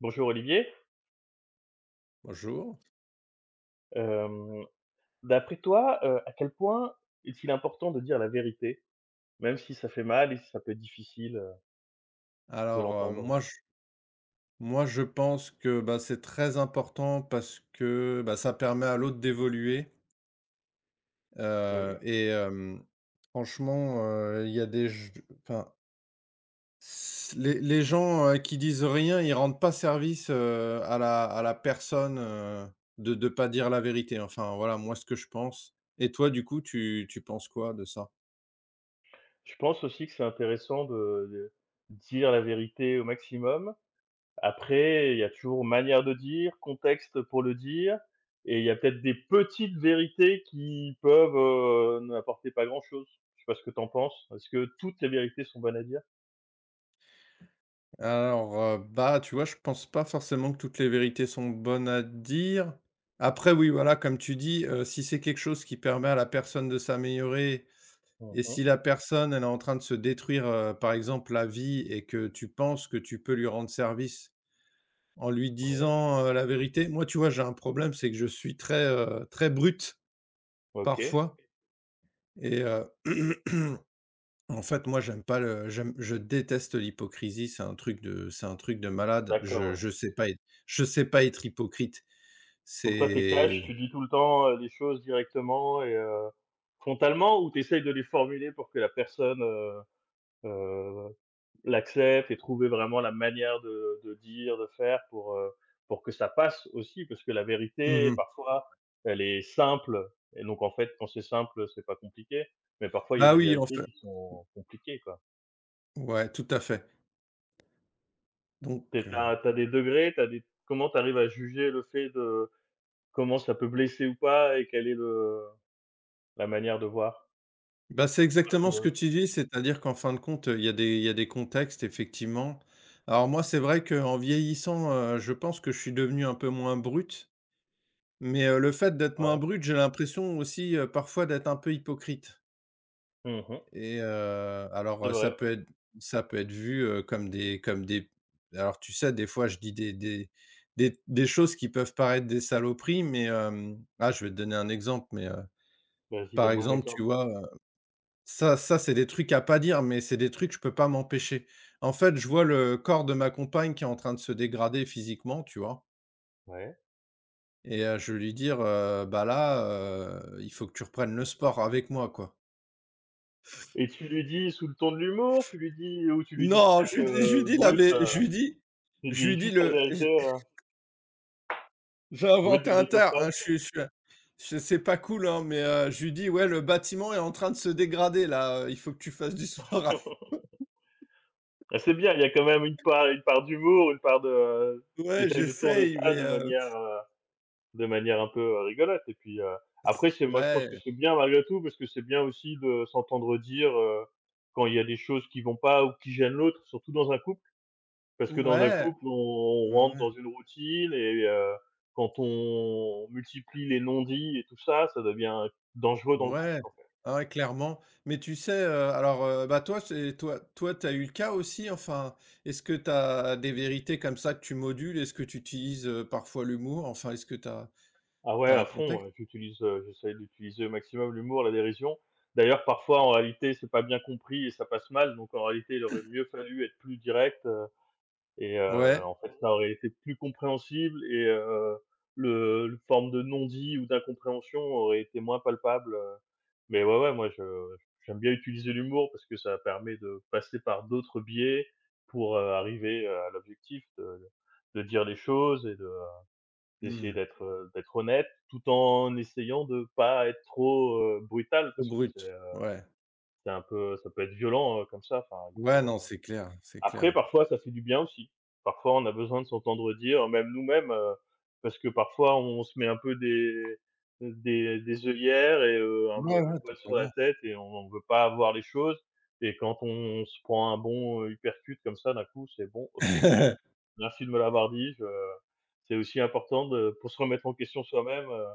Bonjour Olivier. Bonjour. Hem, d'après toi, à quel point est-il important de dire la vérité? Même si ça fait mal et si ça peut être difficile, de l'entendre? Moi je pense que, c'est très important parce que, ça permet à l'autre d'évoluer, heu Oui. et hem, franchement, il y a des j enfin, s les gens, qui disent rien, ils rendent pas service, à la personne, de pas dire la vérité. Enfin, voilà, moi, ce que je pense. Et toi, du coup, tu penses quoi de ça? Je pense aussi que c'est intéressant de dire la vérité au maximum. Après, il y a toujours manière de dire, contexte pour le dire et il y a peut-être des petites vérités qui peuvent, n'apporter pas grand-chose. Je sais pas ce que t'en penses? Est-ce que toutes les vérités sont bonnes à dire? Tu vois, je pense pas forcément que toutes les vérités sont bonnes à dire. Après oui, voilà, comme tu dis, si c'est quelque chose qui permet à la personne de s'améliorer et Mmh. si la personne, elle est en train de se détruire, par exemple, la vie, et que tu penses que tu peux lui rendre service en lui Ouais. disant, la vérité. Moi, tu vois, j'ai un problème, c'est que je suis très, très brute OK. parfois et heu En fait, moi, j'aime pas le j'aime je déteste l'hypocrisie, c'est un truc de c'est un truc de malade. D'accord, Je ouais. je sais pas être je sais pas être hypocrite. Donc toi, t'es C'est cash, tu dis tout le temps, les choses directement et frontalement ou t'essayes de les formuler pour que la personne, heu, l'accepte et trouver vraiment la manière de dire, de faire pour que ça passe aussi? Parce que la vérité, mmh parfois, elle est simple et donc en fait, quand c'est simple, c'est pas compliqué, mais parfois il y a Bah, des oui, en vérités fait qui sont compliquées, quoi. ouais, tout à fait. Donc Tu es heu, tu des degrés, t'as des comment t'arrives à juger le fait de comment ça peut blesser ou pas et quelle est le la manière de voir? bah, c'est exactement ce que tu dis, c'est-à-dire qu'en fin de compte, il y a des contextes, effectivement. Alors moi, c'est vrai qu'en vieillissant, je pense que je suis devenu un peu moins brut, mais le fait d'être moins Ouais. brut, j'ai l'impression aussi, parfois d'être un peu hypocrite. Mmh. Et heu, alors, C'est heu, ça vrai. peut être ça peut être vu, comme des alors tu sais, des fois, je dis des choses qui peuvent paraître des saloperies, mais, je vais te donner un exemple, mais, Bah, vas-y, par donne-moi un exemple, tu exemple. vois, ça, c'est des trucs à pas dire, mais c'est des trucs, je peux pas m'empêcher. En fait, je vois le corps de ma compagne qui est en train de se dégrader physiquement, tu vois? Ouais. Je vais lui dire, «Bah, là, il faut que tu reprennes le sport avec moi, quoi.» Et tu lui dis sous le ton de l'humour? Tu lui dis ou tu lui dis Non, cash, je lui dis la brut, vé tu je dis lui dis juste la le vérité, j'ai brute inventé de un terme, hein, décoffrage? Je suis je c'est pas cool, hein, mais je lui dis: «Ouais, le bâtiment est en train de se dégrader là, il faut que tu fasses du sport.» Ah, c'est bien, il y a quand même une part d'humour, une part de, heu, tu Ouais, de tourner j'essaye, ça mais de manière un peu, rigolote et puis, c après c'est moi je pense que ouais, c'est bien malgré tout parce que c'est bien aussi de s'entendre dire, quand il y a des choses qui vont pas ou qui gênent l'autre, surtout dans un couple. Parce que dans un ouais, couple, on bah, rentre ouais, dans une routine et quand on multiplie les non-dits et tout ça, ça devient dangereux dans le couple, ouais, en fait. ah ouais, clairement. Mais tu sais, toi, c'est toi, t'as eu le cas aussi? Enfin, est-ce que t'as des vérités comme ça que tu modules? Est-ce que tu utilises, parfois l'humour? Enfin, est-ce que Ah ouais, t'as à un fond, contexte? J'utilise, j'essaie d'utiliser au maximum l'humour, la dérision. D'ailleurs, parfois, en réalité, c'est pas bien compris et ça passe mal, donc en réalité, il aurait mieux fallu être plus direct. Et Ouais, en fait, ça aurait été plus compréhensible et le forme de non-dit ou d'incompréhension aurait été moins palpable, mais ouais, ouais, moi, je j'aime bien utiliser l'humour parce que ça permet de passer par d'autres biais pour, arriver, à l'objectif de dire les choses et de d'essayer mmh, d'être honnête, tout en essayant de pas être trop, brutal trop parce que c'est, brut, heu, ouais. c'est un peu ça peut être violent, comme ça, enfin, il Ouais, faut non, c'est clair, c'est après, clair. parfois, ça fait du bien aussi. Parfois, on a besoin de s'entendre dire, même nous-mêmes, parce que parfois on se met un peu des œillères et un vo Ouais, le ouais, voile sur la totalement. tête et on ne veut pas voir les choses et quand on se prend un bon, uppercut comme ça d'un coup, c'est: «Bon, OK, merci de me l'avoir dit, je» c'est aussi important de pour se remettre en question soi-même,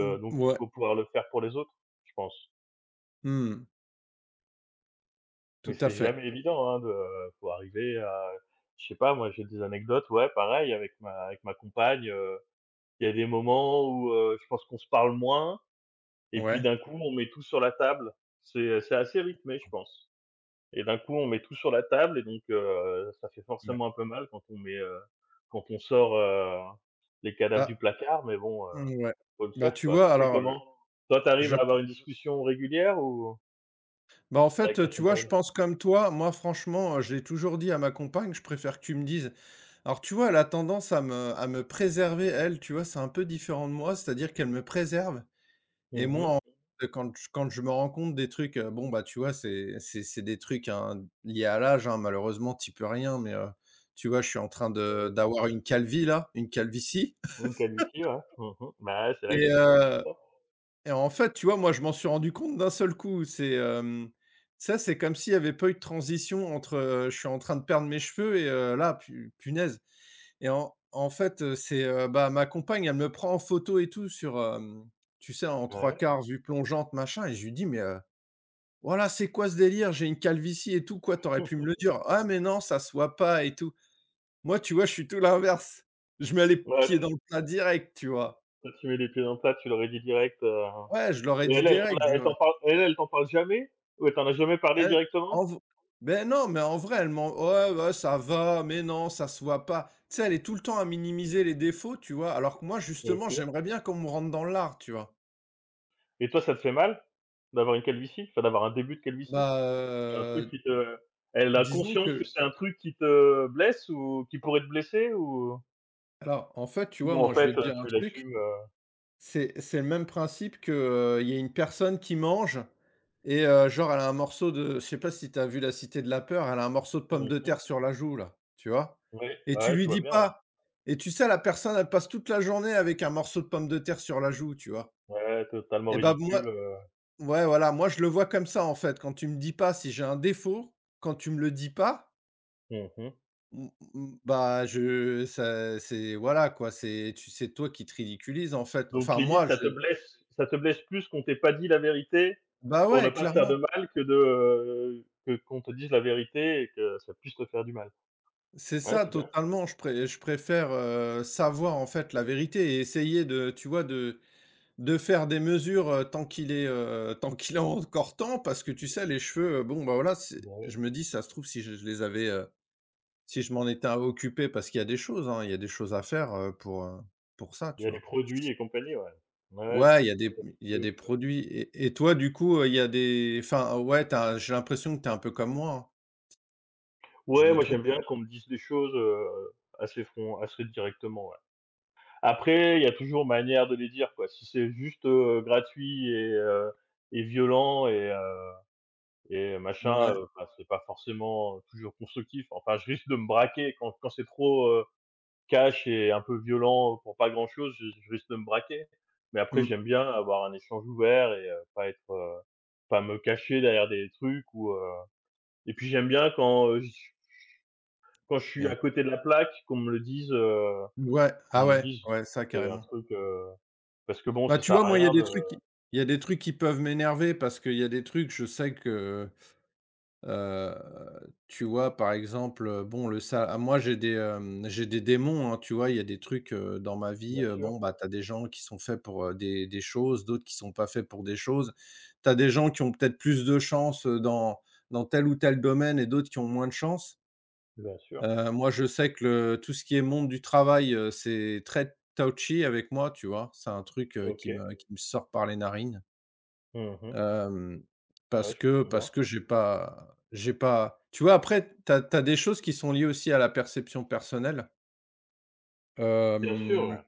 Mmh, donc il ouais, faut pouvoir le faire pour les autres, je pense. mmh, Mais tout à c'est fait. jamais évident, hein, de faut arriver à je sais pas moi, j'ai des anecdotes, ouais, pareil avec ma compagne, il y a des moments où, je pense qu'on se parle moins et puis Ouais, d'un coup, on met tout sur la table. C'est assez rythmé, je pense et d'un coup, on met tout sur la table et donc ça fait ouais. forcément un peu mal quand quand on sort, les cadavres du Bah, placard mais bon, mmh, ouais. faut le Bah, faire, tu quoi. Toi, vois, c'est alors, comment? Toi, tu arrives je à p avoir une discussion régulière ou bah, en fait, avec ta tu vois, je compagne? pense comme toi. Moi, franchement, je l'ai toujours dit à ma compagne, je préfère que tu me dises. Alors, tu vois, elle a tendance à me préserver, elle, tu vois? C'est un peu différent de moi, c'est-à-dire qu'elle me préserve. Et Mmh mh. moi, en fait, quand je me rends compte des trucs, bon, bah, tu vois, c'est des trucs, hein, liés à l'âge, hein, malheureusement, t'y peux rien, mais tu vois, je suis en train Bah, de oui. d'avoir une calvitie Mmh, qualifié, ouais. Mmh mh. Bah, ouais, c'est la et vie, c'est vrai, c'est heu comme ça. et en fait, tu vois, moi, je m'en suis rendu compte d'un seul coup. C'est, ça, c'est comme s'il y avait pas eu de transition entre, je suis en train de perdre mes cheveux, et là, pu punaise. C'est, bah, ma compagne, elle me prend en photo et tout sur, tu sais, en trois Ouais. quarts vue plongeante, machin, et je lui dis: «Mais voilà, c'est quoi ce délire? J'ai une calvitie et tout, quoi, t'aurais pu me le dire.» «Ah mais non, ça se voit pas et tout.» Moi, tu vois, je suis tout l'inverse. Je mets les Ouais, pieds tu dans le plat direct, tu vois? toi, tu mets les pieds dans le plat, tu l'aurais dit direct, Ouais, je leur ai et dit elle, elle t'en direct, a je elle t'en parle elle, elle t'en parle jamais? Ou elle t'en a jamais parlé «Eh, directement? en v» mais non, mais en vrai, elle m'en «Ouais, ouais, ça va, mais non, ça se voit pas.» Tu sais, elle est tout le temps à minimiser les défauts, tu vois? Alors que moi, justement, OK j'aimerais bien qu'on me rentre dans l'art, tu vois? et toi, ça te fait mal d'avoir une calvitie? Enfin, d'avoir un début de calvitie? Bah, C'est un truc heu, qui te elle a disons conscience que que c'est un truc qui te blesse ou qui pourrait te blesser en fait, tu ou vois, en moi, je vais fait, te dire un tu truc. l'assumes? C'est le même principe que, il y a une personne qui mange, et genre elle a un morceau de je sais pas si t'as vu La Cité de la peur, elle a un morceau de pomme Mmh de mh. terre sur la joue là, tu vois? Oui, Et tu ouais, je lui vois dis bien, ouais. pas, et tu sais la personne elle passe toute la journée avec un morceau de pomme de terre sur la joue, tu vois? Ouais, totalement Et ben moi ridicule. ouais voilà, moi je le vois comme ça en fait, quand tu me dis pas si j'ai un défaut, quand tu me le dis pas, Mmh mh. mmh mmh, bah, je ça c'est voilà quoi, c'est toi qui te ridiculises en fait. Donc Enfin limite, moi ça te je blesse ça te blesse plus qu'on t'ait pas dit la vérité Bah, pour ne ouais pas te, ouais, faire de clairement. mal que de, que qu'on te dise la vérité et que ça puisse te faire du mal. C'est Ouais, ça, c'est bien. totalement. Je préfère, savoir, en fait, la vérité et essayer de tu vois, de faire des mesures, tant qu'il est encore temps, parce que, tu sais, les cheveux, bon, bah, voilà, c'est Bah, ouais. je me dis: «Ça se trouve, si je les avais, si je m'en étais occupé», parce qu'il y a des choses, hein, il y a des choses à faire, pour ça, Il y tu a les vois? produits et compagnie, ouais. Ouais, ouais, tu Ouais, il y a peux des produits. Et toi, du coup, il y a des enfin, ouais, tu j'ai l'impression que tu es un peu comme moi, hein. Je ouais, me moi trompe? j'aime bien qu'on me dise des choses, assez directement, ouais. Après, il y a toujours manière de les dire, quoi. Si c'est juste, gratuit et violent et machin, Ouais. Bah, c'est pas forcément toujours constructif. Enfin, je risque de me braquer quand c'est trop, cash et un peu violent pour pas grand-chose, je risque de me braquer. Mais après, Mmh j'aime bien avoir un échange ouvert et pas être, pas me cacher derrière des trucs ou, et puis j'aime bien quand, je suis quand je suis et à côté de la plaque, qu'on me le dise, ouais. qu'on Ah me le ouais, dise, ouais, ça, c'est un carrément. truc, parce que bon, Bah, ça tu sert vois, à moi, il y a rien des de trucs qui il y a des trucs qui peuvent m'énerver, parce qu'il y a des trucs, je sais que, heu, tu vois, par exemple, bon, moi, j'ai des, j'ai des démons, hein, tu vois? Il y a des trucs, dans ma vie, bien sûr, bon, bah, t'as des gens qui sont faits pour, des choses, d'autres qui sont pas faits pour des choses. T'as des gens qui ont peut-être plus de chance, dans tel ou tel domaine, et d'autres qui ont moins de chance. bien sûr. Moi, je sais que le tout ce qui est monde du travail, c'est très touchy avec moi, tu vois? C'est un truc, qui OK. me sort par les narines. Mmh mh. Hem, Ouais, parce je que comprends bien. J'ai pas tu vois, après, t'as as des choses qui sont liées aussi à la perception personnelle. Bien sûr, Hem ouais.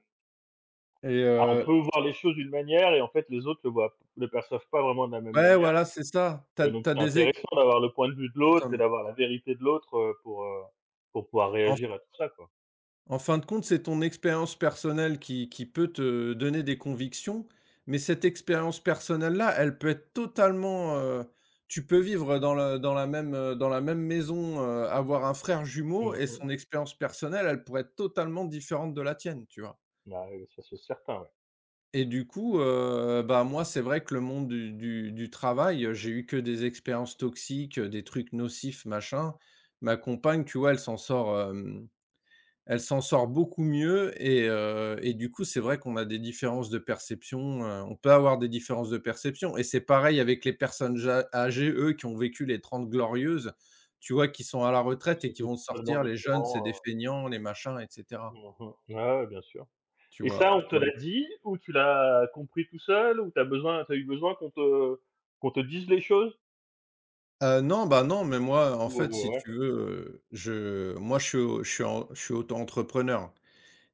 et Ah, on peut voir les choses d'une manière et en fait, les autres le perçoivent pas vraiment de la même ouais, manière. voilà, c'est ça. Et donc T'as c'est des ex intéressant d'avoir le point de vue de l'autre et attends. d'avoir la vérité de l'autre, pour pouvoir réagir à tout ça, quoi. En fin de compte, c'est ton expérience personnelle qui peut te donner des convictions, mais cette expérience personnelle-là, elle peut être totalement, tu peux vivre dans le dans la même maison, avoir un frère jumeau, Mmh et mh. son expérience personnelle, elle pourrait être totalement différente de la tienne, tu vois? Bah, ça c'est certain, ouais. Et du coup, bah, moi, c'est vrai que le monde du travail, j'ai eu que des expériences toxiques, des trucs nocifs, machin. Ma compagne, tu vois, elle s'en sort beaucoup mieux, et du coup, c'est vrai qu'on a des différences de perception, on peut avoir des différences de perception, et c'est pareil avec les personnes ja âgées, eux, qui ont vécu les Trente Glorieuses, tu vois? Qui sont à la retraite et qui C'était vont totalement sortir les jeunes, c'est des différent, feignants, les machins et mmh cetera. mh. Ouais, ouais, bien sûr. Tu Et ça, vois? on Tu te vois? l'a dit ou tu l'as compris tout seul ou tu as eu besoin qu'on te dise les choses? Non, bah, non, mais moi, en Ou fait, ou si tu ouais. veux, je suis au je suis en je suis auto-entrepreneur,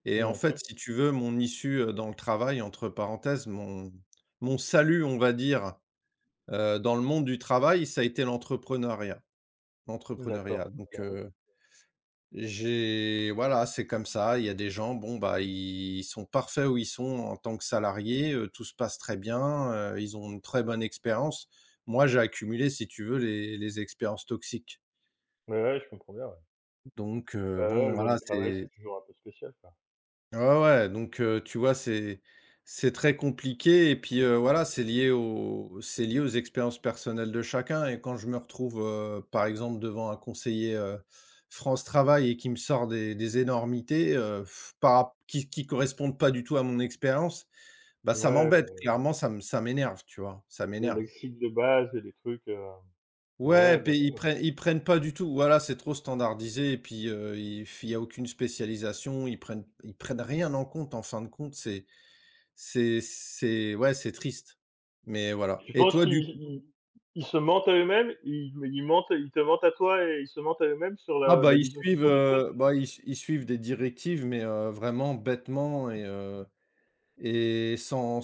et en Mmh fait, si mh. tu veux, mon issue, dans le travail, entre parenthèses, mon salut, on va dire. Dans le monde du travail, ça a été D'accord. l'entrepreneuriat, donc Bah, oui. J'ai voilà, c'est comme ça. Il y a des gens, bon, bah, ils sont parfaits où ils sont en tant que salariés, tout se passe très bien, ils ont une très bonne expérience. Moi, j'ai accumulé, si tu veux, les expériences toxiques, Ouais, ouais, je comprends bien, ouais. donc Ouais, ouais, bon, le monde voilà, du travail, c'est c'est toujours un peu spécial, quoi. ouais, ouais, donc tu vois, c'est très compliqué, et puis, voilà, c'est lié aux expériences personnelles de chacun. Et quand je me retrouve, par exemple, devant un conseiller, France Travail, et qui me sort des énormités, par rap qui correspondent pas du tout à mon expérience, bah, ça Ouais, m'embête, le clairement, ça me ça m'énerve, tu vois? Ça le m'énerve. lexique de base et les trucs, ouais, Ouais, ouais, bien puis sûr. Ils prennent pas du tout, voilà, c'est trop standardisé, et puis, il y a aucune spécialisation, ils prennent rien en compte, en fin de compte, c'est ouais, c'est triste, mais voilà. Tu Et penses toi, du qu'ils coup, ils ils se mentent à eux-mêmes? Ils te mentent à toi et ils se mentent à eux-mêmes sur ah la bah, la ils vision qu'ils suivent, ont des choses? Ils suivent des directives, mais vraiment bêtement, et sans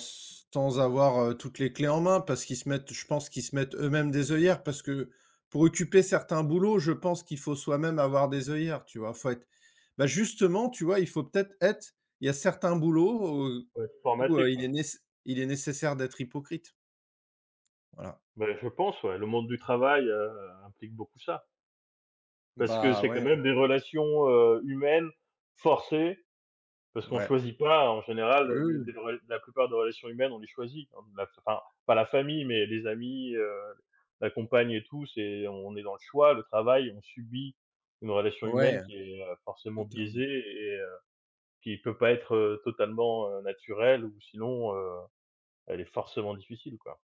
avoir, toutes les clés en main, parce qu'ils se mettent je pense qu'ils se mettent eux-mêmes des œillères, parce que pour occuper certains boulots, je pense qu'il faut soi-même avoir des œillères, tu vois? Faut être bah, justement, tu vois, il faut peut-être être il y a certains boulots, Ouais, où, formaté, quoi. Il est nécessaire d'être hypocrite. Voilà. Bah, je pense, ouais, le monde du travail, implique beaucoup ça. Parce que Bah, c'est ouais, quand hein, même des relations, humaines forcées, parce qu'on ouais. choisit pas en général, Oui, oui. des rela la plupart des relations humaines, on les choisit. La enfin, pas la famille, mais les amis, la compagne et tout, c'est on est dans le choix. Le travail, on subit une relation humaine Ouais, qui est, forcément totalement. biaisée et qui peut pas être, totalement, naturelle ou sinon, elle est forcément difficile, quoi.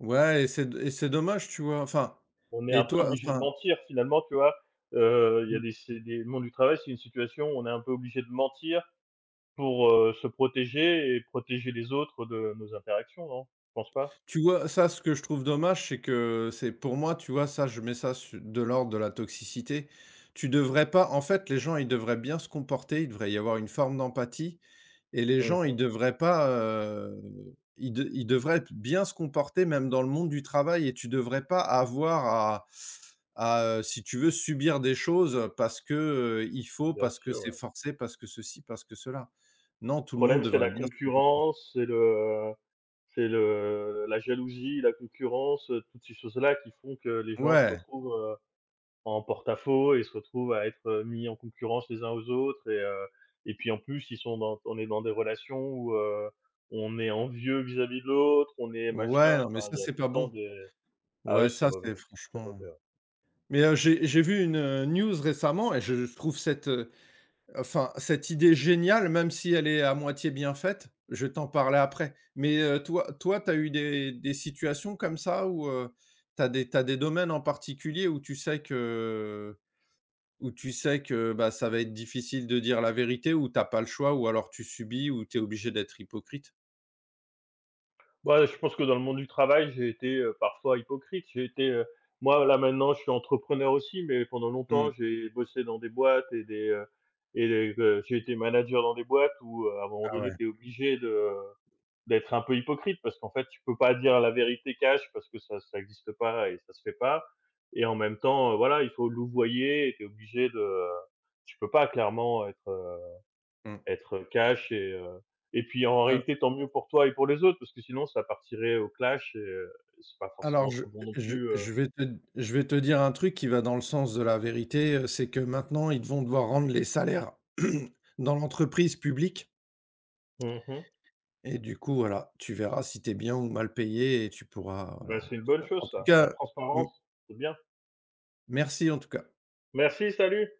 Ouais et c'est d et c'est dommage, tu vois? Enfin On est un et peu toi obligé de enfin, mentir finalement, tu vois? Il y a des c'est des le du travail, c'est une situation où on est un peu obligé de mentir pour, se protéger et protéger les autres de nos interactions, non? Tu penses pas? tu vois, ça, ce que je trouve dommage, c'est que c'est pour moi, tu vois, ça, je mets ça su de l'ordre de la toxicité. Tu devrais pas en fait, les gens, ils devraient bien se comporter, il devrait y avoir une forme d'empathie. Et les gens, ils Mmh. devraient pas, ils devraient bien se comporter même dans le monde du travail, et tu devrais pas avoir à si tu veux, subir des choses, parce que, il faut, Bien parce que sûr, ouais. c'est Le forcé, parce que ceci, parce que cela. Non, tout le monde problème, c'est devrait la bien se comporter. concurrence, c'est le la jalousie, la concurrence, toutes ces choses-là qui font que les gens se Ouais, retrouvent, en porte-à-faux et se retrouvent à être, mis en concurrence les uns aux autres et puis en plus ils sont dans on est dans des relations où, on est envieux vis-à-vis de l'autre, on est machin, ouais, non, mais enfin il ça, y a c'est tout le pas temps bon. des, ah Ouais, oui, ça, c'est c'est mauvais, franchement ouais. mais, j'ai vu une, news récemment, et je trouve cette, enfin, cette idée géniale, même si elle est à moitié bien faite, je vais t'en parler après. Mais, toi tu as eu des situations comme ça où, tu as des t'as des domaines en particulier où tu sais que bah, ça va être difficile de dire la vérité, ou t'as pas le choix, ou alors tu subis, ou tu es obligé d'être hypocrite? Bah, je pense que dans le monde du travail, j'ai été, parfois hypocrite. Moi là maintenant je suis entrepreneur aussi, mais pendant longtemps Mmh. j'ai bossé dans des boîtes et j'ai été manager dans des boîtes où, à un moment Ah donné ouais. tu es obligé de d'être un peu hypocrite parce qu'en fait, tu peux pas dire la vérité cash parce que ça ça existe pas et ça se fait pas. Et en même temps, voilà, il faut louvoyer et t'es obligé de tu peux pas clairement être, heu, Mmh. être cash et puis en Heu, réalité, tant mieux pour toi et pour les autres parce que sinon ça partirait au clash et c'est pas alors forcément je très bon non je plus. Je vais te dire un truc qui va dans le sens de la vérité, c'est que maintenant, ils vont devoir rendre les salaires dans l'entreprise publique. Mmh mh. Et du coup, voilà, tu verras si tu es bien ou mal payé, et tu pourras, Bah, voilà. c'est une bonne En chose tout ça. La cas, m transparence, c'est bien. merci en tout cas. Merci, salut.